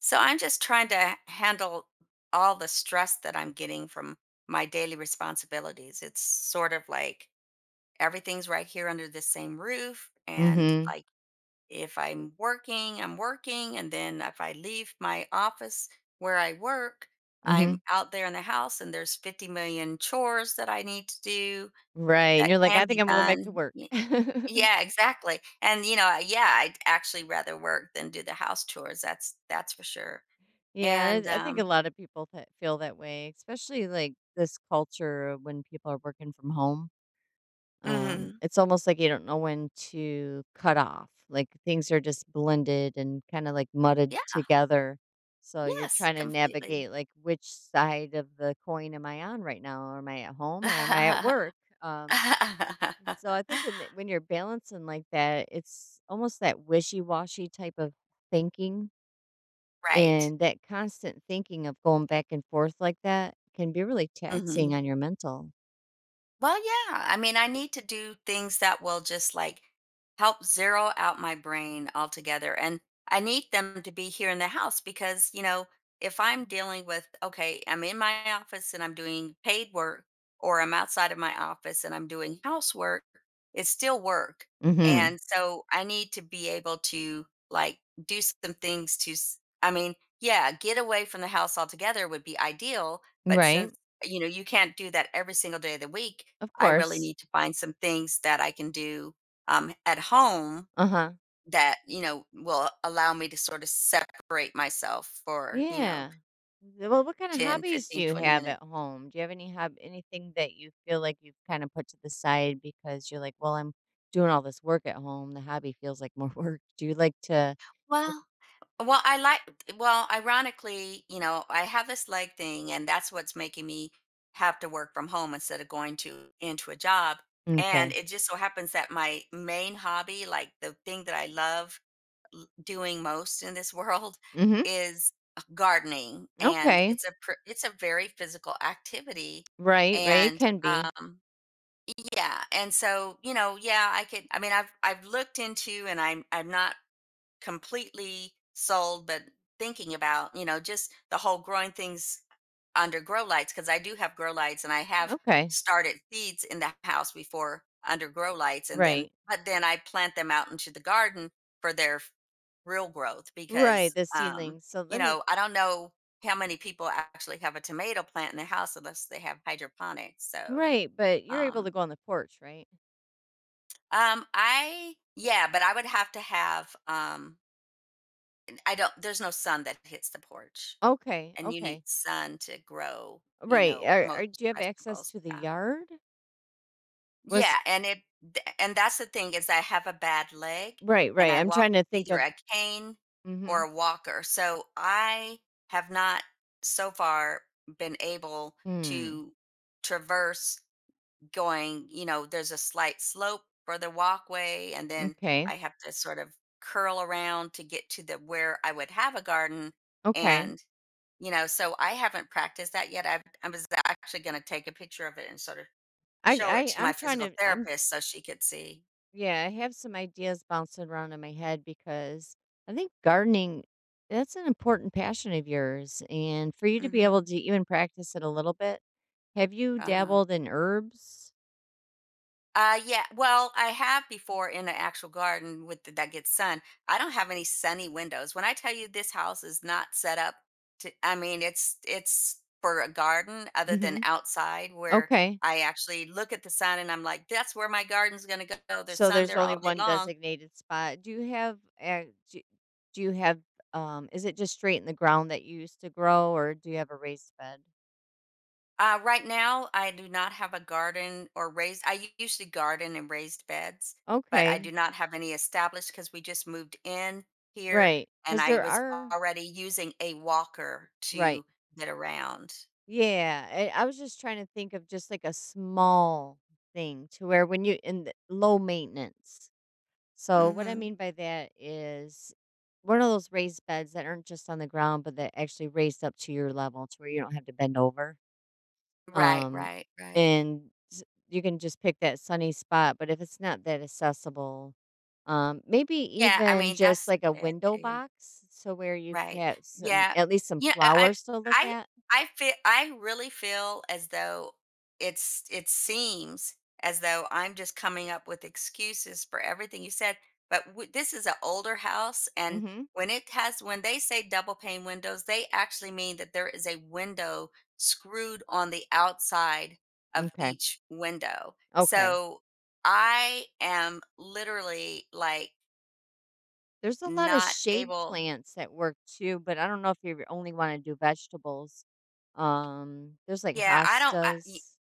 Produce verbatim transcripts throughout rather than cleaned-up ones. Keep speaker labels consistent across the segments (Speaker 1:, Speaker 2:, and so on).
Speaker 1: So I'm just trying to handle all the stress that I'm getting from my daily responsibilities. It's sort of like everything's right here under the same roof. And
Speaker 2: Mhm,
Speaker 1: like if I'm working, I'm working. And then if I leave my office where I work,
Speaker 2: mhm.
Speaker 1: I'm out there in the house and there's fifty million chores that I need to do
Speaker 2: Right, and
Speaker 1: that
Speaker 2: you're like,
Speaker 1: can
Speaker 2: "I think
Speaker 1: be
Speaker 2: I'm going back to
Speaker 1: done.
Speaker 2: work."
Speaker 1: Y- Yeah, exactly. And you know, yeah, I'd actually rather work than do the house chores. That's that's for sure.
Speaker 2: Yeah,
Speaker 1: And,
Speaker 2: I I think a
Speaker 1: um
Speaker 2: lot of people that feel that way, especially, like, this culture of when people are working from home. Um,
Speaker 1: mhm.
Speaker 2: it's almost like you don't know when to cut off, like, things are just blended and kinda, like, mudded
Speaker 1: Yeah,
Speaker 2: together. So you're
Speaker 1: yes,
Speaker 2: trying to
Speaker 1: completely.
Speaker 2: navigate, like, which side of the coin am I on right now? Am I at home or am I at work? Um So I think in the, when you're balancing like that, it's almost that wishy-washy type of thinking,
Speaker 1: Right.
Speaker 2: and that constant thinking of going back and forth like that can be really taxing
Speaker 1: Mhm.
Speaker 2: on your mental.
Speaker 1: Well, yeah. I mean, I need to do things that will just like help zero out my brain altogether. And I need them to be here in the house because, you know, if I'm dealing with, okay, I'm in my office and I'm doing paid work, or I'm outside of my office and I'm doing housework, it's still work.
Speaker 2: Mhm.
Speaker 1: And so I need to be able to like do some things to, s- I mean, yeah, get away from the house altogether would be ideal. But
Speaker 2: Right?
Speaker 1: since you know, you can't do that every single day of the week.
Speaker 2: Of
Speaker 1: I really
Speaker 2: course.
Speaker 1: need to find some things that I can do um, at home
Speaker 2: Uh-huh.
Speaker 1: that, you know, will allow me to sort of separate myself for, you know,
Speaker 2: Yeah. Th- Well, what kind of
Speaker 1: ten,
Speaker 2: hobbies do
Speaker 1: fifteen,
Speaker 2: you
Speaker 1: twenty
Speaker 2: have
Speaker 1: minutes.
Speaker 2: at home? Do you have any hob anything that you feel like you've kind of put to the side because you're like, well, I'm doing all this work at home? The hobby feels like more work. Do you like to what-
Speaker 1: Well, well, I like, well, ironically, you know, I have this leg thing and that's what's making me have to work from home instead of going to into a job. And
Speaker 2: Okay.
Speaker 1: it just so happens that my main hobby, like the thing that I love l- doing most in this world
Speaker 2: Mhm.
Speaker 1: is uh, gardening, and
Speaker 2: Okay.
Speaker 1: it's a pr- it's a very physical activity.
Speaker 2: Right, right, it
Speaker 1: And
Speaker 2: can be.
Speaker 1: um yeah, and so, you know, yeah, i could i mean i've i've looked into, and i'm i'm not completely sold, but thinking about, you know, just the whole growing things under grow lights, because I do have grow lights, and I have
Speaker 2: Okay.
Speaker 1: started seeds in the house before under grow lights, and then,
Speaker 2: Right.
Speaker 1: but then I plant them out into the garden for their f- real growth,
Speaker 2: Right,
Speaker 1: because
Speaker 2: the
Speaker 1: um
Speaker 2: seedlings. So
Speaker 1: you
Speaker 2: let me
Speaker 1: know, I don't know how many people actually have a tomato plant in the house unless they have hydroponics. So
Speaker 2: Right, but you're able to
Speaker 1: um
Speaker 2: go on the porch, right?
Speaker 1: um I, yeah, but I would have to have um I don't, there's no sun that hits the porch,
Speaker 2: Okay,
Speaker 1: and you need
Speaker 2: okay.
Speaker 1: sun to grow, you
Speaker 2: Right.
Speaker 1: know,
Speaker 2: Are, are
Speaker 1: most
Speaker 2: do you have access
Speaker 1: vegetables,
Speaker 2: to the
Speaker 1: yeah.
Speaker 2: yard? What's
Speaker 1: Yeah, and it th and that's the thing, is I have a bad leg,
Speaker 2: right,
Speaker 1: and
Speaker 2: right.
Speaker 1: I
Speaker 2: I'm
Speaker 1: walk
Speaker 2: trying to
Speaker 1: with
Speaker 2: think
Speaker 1: either
Speaker 2: of
Speaker 1: a cane or
Speaker 2: mhm.
Speaker 1: a walker. So I have not so far been able
Speaker 2: Hmm.
Speaker 1: to traverse going, you know, there's a slight slope for the walkway, and then
Speaker 2: Okay.
Speaker 1: I have to sort of curl around to get to the where I would have a garden.
Speaker 2: Okay.
Speaker 1: And you know, so I haven't practiced that yet. I've, I was actually going to take a picture of it and sort of
Speaker 2: I
Speaker 1: show it
Speaker 2: I
Speaker 1: to my
Speaker 2: I'm trying
Speaker 1: physical
Speaker 2: to I'm
Speaker 1: therapist so she could see.
Speaker 2: Yeah, I have some ideas bouncing around in my head because I think gardening, that's an important passion of yours, and for you to be able
Speaker 1: Mhm.
Speaker 2: to even practice it a little bit. Have you
Speaker 1: Uh-huh.
Speaker 2: dabbled in herbs?
Speaker 1: Uh, yeah, well, I have before, in an actual garden with th that gets sun. I don't have any sunny windows. When I tell you this house is not set up to, I mean, it's it's for a garden, other than
Speaker 2: Mhm.
Speaker 1: outside where
Speaker 2: Okay.
Speaker 1: I actually look at the sun and I'm like, "That's where my garden's gonna go. There's
Speaker 2: So
Speaker 1: sun
Speaker 2: there's
Speaker 1: there
Speaker 2: only
Speaker 1: all day
Speaker 2: one
Speaker 1: long."
Speaker 2: designated spot. Do you have uh, do, do you have um is it just straight in the ground that you used to grow, or do you have a raised bed?
Speaker 1: Uh, right now, I do not have a garden or raised. I u- usually garden in raised beds, but I do
Speaker 2: Okay.
Speaker 1: not have any established, because we just moved in here,
Speaker 2: Right.
Speaker 1: and
Speaker 2: Cuz
Speaker 1: I
Speaker 2: there
Speaker 1: was
Speaker 2: are
Speaker 1: already using a walker
Speaker 2: right.
Speaker 1: to get around.
Speaker 2: Yeah, I I was just trying to think of just like a small thing to where when you in the low maintenance. So what I
Speaker 1: Hmm.
Speaker 2: mean by that is one of those raised beds that aren't just on the ground, but that actually raised up to your level to where you don't have to bend over.
Speaker 1: Right,
Speaker 2: Um,
Speaker 1: right, right.
Speaker 2: and s- you can just pick that sunny spot. But if it's not that accessible, um, maybe
Speaker 1: Yeah, I
Speaker 2: even
Speaker 1: mean,
Speaker 2: just
Speaker 1: that's the
Speaker 2: like a
Speaker 1: bit
Speaker 2: window
Speaker 1: too.
Speaker 2: box, so where you
Speaker 1: Right.
Speaker 2: have some,
Speaker 1: Yeah.
Speaker 2: at least some
Speaker 1: Yeah, uh, I
Speaker 2: flowers to look
Speaker 1: I
Speaker 2: at.
Speaker 1: I feel. I really feel as though it's it seems as though I'm just coming up with excuses for everything you said, but w this is an older house, and
Speaker 2: Mm-hmm.
Speaker 1: when it has, when they say double pane windows, they actually mean that there is a window screwed on the outside of
Speaker 2: Okay.
Speaker 1: each window.
Speaker 2: Okay.
Speaker 1: So, I am literally, like,
Speaker 2: There's a lot of
Speaker 1: not
Speaker 2: shade
Speaker 1: able.
Speaker 2: plants at work too, but I don't know if you only want to do vegetables. Um, there's like
Speaker 1: Yeah, I don't I
Speaker 2: hostas.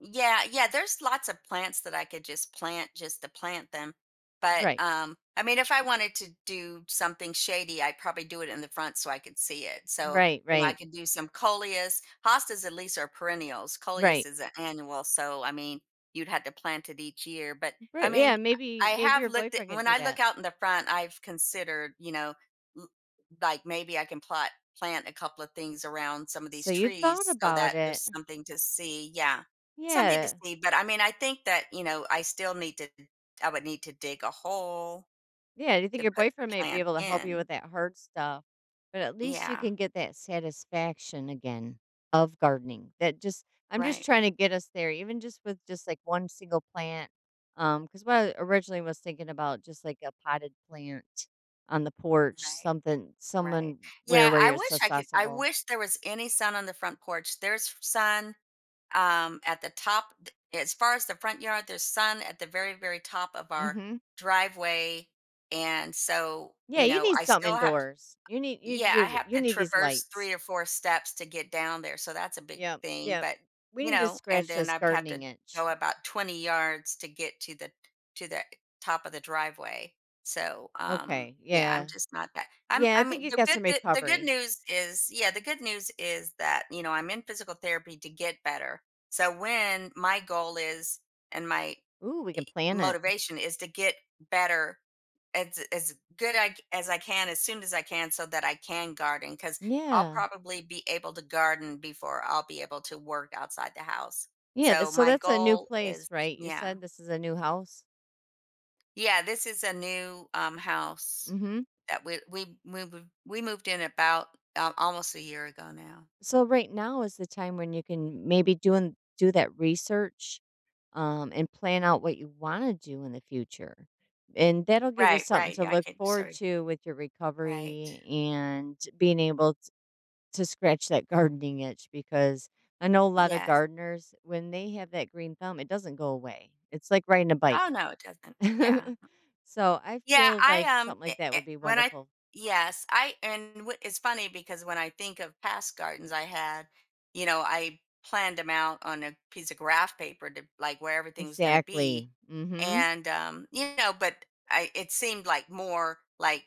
Speaker 1: Yeah, yeah, there's lots of plants that I could just plant just to plant them. But
Speaker 2: Right.
Speaker 1: um I mean, if I wanted to do something shady, I'd probably do it in the front so I could see it. So,
Speaker 2: Right,
Speaker 1: you know, I
Speaker 2: right.
Speaker 1: could do some coleus. Hostas at least are perennials. Coleus
Speaker 2: Right.
Speaker 1: is an annual, so I mean, you'd have to plant it each year, but I
Speaker 2: Right. Yeah,
Speaker 1: mean,
Speaker 2: maybe
Speaker 1: I
Speaker 2: maybe
Speaker 1: have
Speaker 2: your
Speaker 1: looked at,
Speaker 2: boyfriend could
Speaker 1: when
Speaker 2: do
Speaker 1: I
Speaker 2: that.
Speaker 1: look out in the front, I've considered, you know, l- like, maybe I can plot plant a couple of things around some of
Speaker 2: So
Speaker 1: these
Speaker 2: you've thought
Speaker 1: trees so
Speaker 2: about
Speaker 1: that
Speaker 2: it.
Speaker 1: there's something to see. Yeah. Something to
Speaker 2: Yeah.
Speaker 1: see, but I mean, I think that, you know, I still need to, I would need to dig a hole
Speaker 2: Yeah, do you think
Speaker 1: to
Speaker 2: your
Speaker 1: put the
Speaker 2: boyfriend might be
Speaker 1: plant
Speaker 2: able to help you
Speaker 1: in.
Speaker 2: with that hard stuff? But at least you
Speaker 1: Yeah,
Speaker 2: can get that satisfaction again of gardening. That just I'm just
Speaker 1: right,
Speaker 2: trying to get us there, even just with just like one single plant. Um, because what I originally was thinking about, just like a potted plant on the porch,
Speaker 1: right,
Speaker 2: something,
Speaker 1: right.
Speaker 2: someone where
Speaker 1: Yeah,
Speaker 2: where
Speaker 1: I
Speaker 2: it's
Speaker 1: wish I could, I
Speaker 2: accessible.
Speaker 1: wish there was any sun on the front porch. There's sun, um, at the top th- as far as the front yard, there's sun at the very, very top of our
Speaker 2: Mm-hmm.
Speaker 1: driveway. And so,
Speaker 2: Yeah,
Speaker 1: you
Speaker 2: you
Speaker 1: know,
Speaker 2: need
Speaker 1: I
Speaker 2: something
Speaker 1: still have.
Speaker 2: indoors. You need you
Speaker 1: Yeah, I
Speaker 2: you
Speaker 1: have
Speaker 2: you
Speaker 1: to
Speaker 2: need these
Speaker 1: traverse
Speaker 2: lights.
Speaker 1: three or four steps to get down there, so that's a big
Speaker 2: Yep,
Speaker 1: thing,
Speaker 2: yep.
Speaker 1: but,
Speaker 2: We
Speaker 1: you
Speaker 2: need to
Speaker 1: know, and
Speaker 2: scratch
Speaker 1: then
Speaker 2: this
Speaker 1: I would have to
Speaker 2: gardening itch.
Speaker 1: go about twenty yards to get to the to the top of the driveway. So, um,
Speaker 2: Okay,
Speaker 1: yeah, I'm
Speaker 2: yeah.
Speaker 1: just not that I'm,
Speaker 2: Yeah,
Speaker 1: I
Speaker 2: I think
Speaker 1: mean,
Speaker 2: you
Speaker 1: the
Speaker 2: got
Speaker 1: good
Speaker 2: some
Speaker 1: th the good
Speaker 2: recovery.
Speaker 1: news is, yeah, the good news is that, you know, I'm in physical therapy to get better. So when my goal is, and my
Speaker 2: Ooh, we can plan it.
Speaker 1: motivation is, to get better as as good I, as I can as soon as I can, so that I can garden, cuz I'll
Speaker 2: Yeah.
Speaker 1: probably be able to garden before I'll be able to work outside the house.
Speaker 2: Yeah, th-
Speaker 1: So
Speaker 2: so
Speaker 1: my
Speaker 2: that's a new
Speaker 1: goal
Speaker 2: place,
Speaker 1: is,
Speaker 2: right? You
Speaker 1: yeah.
Speaker 2: said this is a new house?
Speaker 1: Yeah, this is a new um house
Speaker 2: Mhm.
Speaker 1: that we we we we we moved in about um, almost a year ago now.
Speaker 2: So right now is the time when you can maybe do and do that research, um, and plan out what you want to do in the future. And that'll give you
Speaker 1: Right,
Speaker 2: something
Speaker 1: right.
Speaker 2: to
Speaker 1: Yeah, I
Speaker 2: look
Speaker 1: can,
Speaker 2: forward
Speaker 1: sorry.
Speaker 2: to with your
Speaker 1: Right.
Speaker 2: recovery and being able t- to scratch that gardening itch, because I know a lot of
Speaker 1: Yes.
Speaker 2: gardeners, when they have that green thumb, it doesn't go away. It's like riding a bike.
Speaker 1: Oh no, it doesn't. Yeah.
Speaker 2: So, I
Speaker 1: Yeah,
Speaker 2: feel like
Speaker 1: I um
Speaker 2: something
Speaker 1: eh,
Speaker 2: like that
Speaker 1: eh,
Speaker 2: would be
Speaker 1: when I,
Speaker 2: wonderful.
Speaker 1: yes, I, and what, it's funny because when I think of past gardens I had, you know, I planned them out on a piece of graph paper to like where everything was going to
Speaker 2: Exactly.
Speaker 1: be,
Speaker 2: Mhm.
Speaker 1: and um you know, but I, it seemed like more like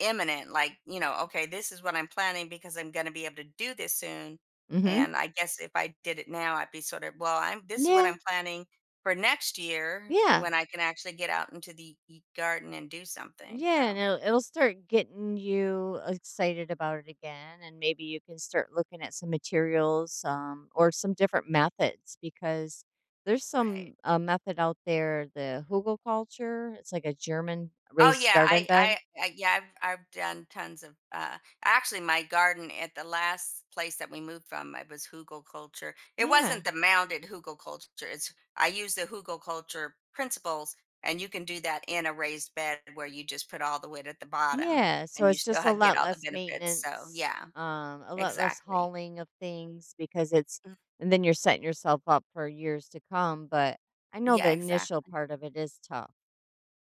Speaker 1: imminent, like, you know, okay, this is what I'm planning because I'm going to be able to do this soon.
Speaker 2: Mhm.
Speaker 1: And I guess if I did it now, I'd be sort of, well, I'm, this is what
Speaker 2: Yeah.
Speaker 1: I'm planning for next year
Speaker 2: Yeah.
Speaker 1: when I can actually get out into the e- garden and do something.
Speaker 2: Yeah,
Speaker 1: So,
Speaker 2: and it'll it'll start getting you excited about it again, and maybe you can start looking at some materials, um, or some different methods, because there's some,
Speaker 1: right.
Speaker 2: uh, method out there, the hugel culture. It's like a German
Speaker 1: Oh
Speaker 2: raised
Speaker 1: yeah,
Speaker 2: garden
Speaker 1: I,
Speaker 2: bed.
Speaker 1: I, I, yeah, I've, I've done tons of. Uh, actually, my garden at the last place that we moved from, it was hugel culture. It
Speaker 2: Yeah.
Speaker 1: wasn't the mounded hugel culture. It's, I use the hugel culture principles, and you can do that in a raised bed where you just put all the wood at the bottom,
Speaker 2: Yeah, so
Speaker 1: and you
Speaker 2: it's
Speaker 1: still
Speaker 2: just a
Speaker 1: ha- get
Speaker 2: lot
Speaker 1: all the
Speaker 2: less
Speaker 1: benefits. So
Speaker 2: maintenance,
Speaker 1: yeah,
Speaker 2: um, a lot less
Speaker 1: exactly.
Speaker 2: hauling of things because it's
Speaker 1: Mm,
Speaker 2: and then you're setting yourself up for years to come, but I know the
Speaker 1: yeah,
Speaker 2: initial
Speaker 1: exactly.
Speaker 2: part of it is tough.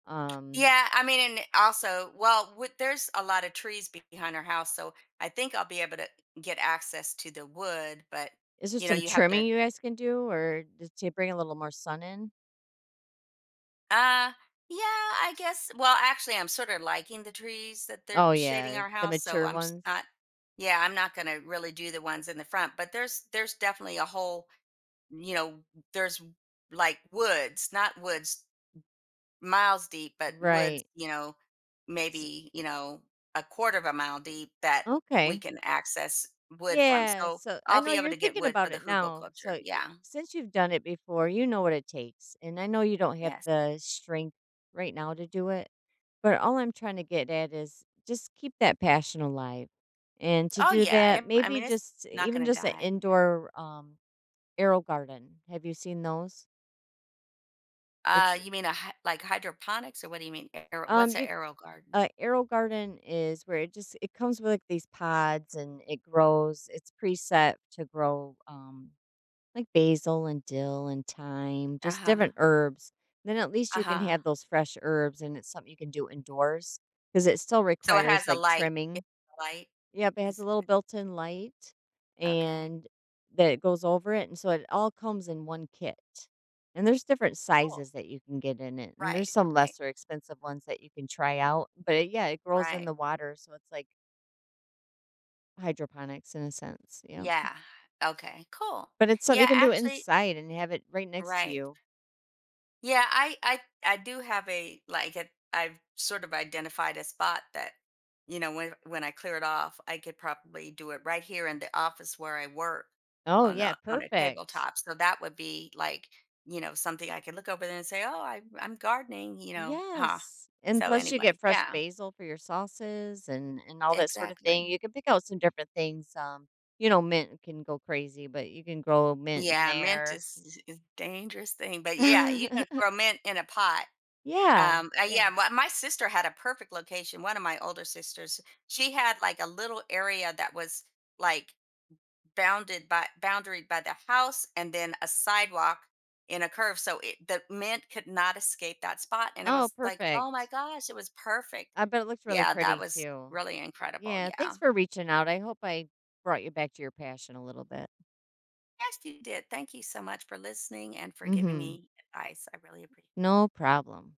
Speaker 2: Um,
Speaker 1: Yeah, I mean, and also, well, with, there's a lot of trees be- behind our house, so I think I'll be able to get access to the wood. But
Speaker 2: is there
Speaker 1: you know,
Speaker 2: some
Speaker 1: you have
Speaker 2: trimming
Speaker 1: to.
Speaker 2: you guys can do or just to bring a little more sun in?
Speaker 1: Uh, yeah, I guess. Well, actually, I'm sort of liking the trees, that they're
Speaker 2: Oh
Speaker 1: shading
Speaker 2: yeah,
Speaker 1: our
Speaker 2: the
Speaker 1: house, so
Speaker 2: mature
Speaker 1: I'm s-
Speaker 2: ones.
Speaker 1: not. Yeah, I'm not going to really do the ones in the front, but there's there's definitely a whole. You know, there's like woods, not woods miles deep, but woods,
Speaker 2: Right.
Speaker 1: you know,
Speaker 2: S-
Speaker 1: maybe, you know, a quarter of a mile deep that we
Speaker 2: okay.
Speaker 1: can access wood from.
Speaker 2: Yeah,
Speaker 1: So
Speaker 2: so I
Speaker 1: I'll
Speaker 2: know
Speaker 1: be able
Speaker 2: you're
Speaker 1: to get
Speaker 2: thinking
Speaker 1: wood for
Speaker 2: about
Speaker 1: the
Speaker 2: it
Speaker 1: hugel
Speaker 2: now. So
Speaker 1: culture.
Speaker 2: y-
Speaker 1: Yeah.
Speaker 2: since you've done it before, you know what it takes. And I know you don't have
Speaker 1: Yes.
Speaker 2: the strength right now to do it, but all I'm trying to get at is just keep that passion alive. And to
Speaker 1: Oh,
Speaker 2: do
Speaker 1: yeah.
Speaker 2: that,
Speaker 1: it- I
Speaker 2: maybe
Speaker 1: mean, it's
Speaker 2: just
Speaker 1: not going
Speaker 2: even
Speaker 1: to
Speaker 2: just an
Speaker 1: die. Yeah.
Speaker 2: indoor um arrow garden. Have you seen those?
Speaker 1: Uh,
Speaker 2: It's
Speaker 1: you mean a hy- like hydroponics, or what do you mean? Aero,
Speaker 2: um
Speaker 1: what's an
Speaker 2: you
Speaker 1: aero garden?
Speaker 2: uh, arrow garden is where it just it comes with like these pods and it grows. It's preset to grow um like basil and dill and thyme,
Speaker 1: Uh
Speaker 2: just different
Speaker 1: huh.
Speaker 2: herbs. Then at least
Speaker 1: Uh
Speaker 2: you can
Speaker 1: huh.
Speaker 2: have those fresh herbs, and it's something you can do indoors because it still
Speaker 1: So it
Speaker 2: requires
Speaker 1: has a
Speaker 2: like
Speaker 1: light. It
Speaker 2: trimming.
Speaker 1: a light
Speaker 2: Yep, it has a
Speaker 1: is
Speaker 2: little built in light
Speaker 1: okay.
Speaker 2: and that goes over it. And so it all comes in one kit. And there's different
Speaker 1: Cool.
Speaker 2: sizes that you can get in it. And there's
Speaker 1: Right.
Speaker 2: some
Speaker 1: Right.
Speaker 2: lesser expensive ones that you can try out. But it, yeah, it grows in
Speaker 1: Right.
Speaker 2: the water. So it's like hydroponics in a sense. Yeah.
Speaker 1: Yeah. Okay. Cool.
Speaker 2: But it's something you
Speaker 1: Yeah.
Speaker 2: can do
Speaker 1: Actually,
Speaker 2: inside and have it right next to
Speaker 1: right.
Speaker 2: you.
Speaker 1: Yeah, I I I do have a, like, I have sort of identified a spot that, you know, when when I clear it off, I could probably do it right here in the office where I work,
Speaker 2: Oh,
Speaker 1: on
Speaker 2: yeah,
Speaker 1: a on a
Speaker 2: perfect.
Speaker 1: tabletop. So that would be like, you know, something I could look over there and say, oh, I I'm gardening, you know, huh?
Speaker 2: Yes, and
Speaker 1: So
Speaker 2: plus you get
Speaker 1: anyway,
Speaker 2: fresh
Speaker 1: yeah,
Speaker 2: basil for your sauces and and all that sort of thing.
Speaker 1: exactly.
Speaker 2: You can pick out some different things, um, you know, mint can go crazy, but you can grow mint in
Speaker 1: Yeah, mint
Speaker 2: there.
Speaker 1: is, is a dangerous thing, but yeah, you can grow mint in a pot.
Speaker 2: Yeah,
Speaker 1: Um, uh,
Speaker 2: yeah.
Speaker 1: yeah, my, my sister had a perfect location. One of my older sisters, she had like a little area that was like bounded by boundaried by the house and then a sidewalk in a curve. So it, the mint could not escape that spot. And it
Speaker 2: Oh,
Speaker 1: was like, oh my
Speaker 2: perfect.
Speaker 1: gosh, it was perfect.
Speaker 2: I bet it looks really
Speaker 1: Yeah, that
Speaker 2: pretty
Speaker 1: was
Speaker 2: too.
Speaker 1: really incredible.
Speaker 2: Yeah,
Speaker 1: Yeah.
Speaker 2: thanks for reaching out. I hope I brought you back to your passion a little bit.
Speaker 1: Yes, you did. Thank you so much for listening and for giving
Speaker 2: Mhm.
Speaker 1: me advice. I really appreciate it.
Speaker 2: No problem.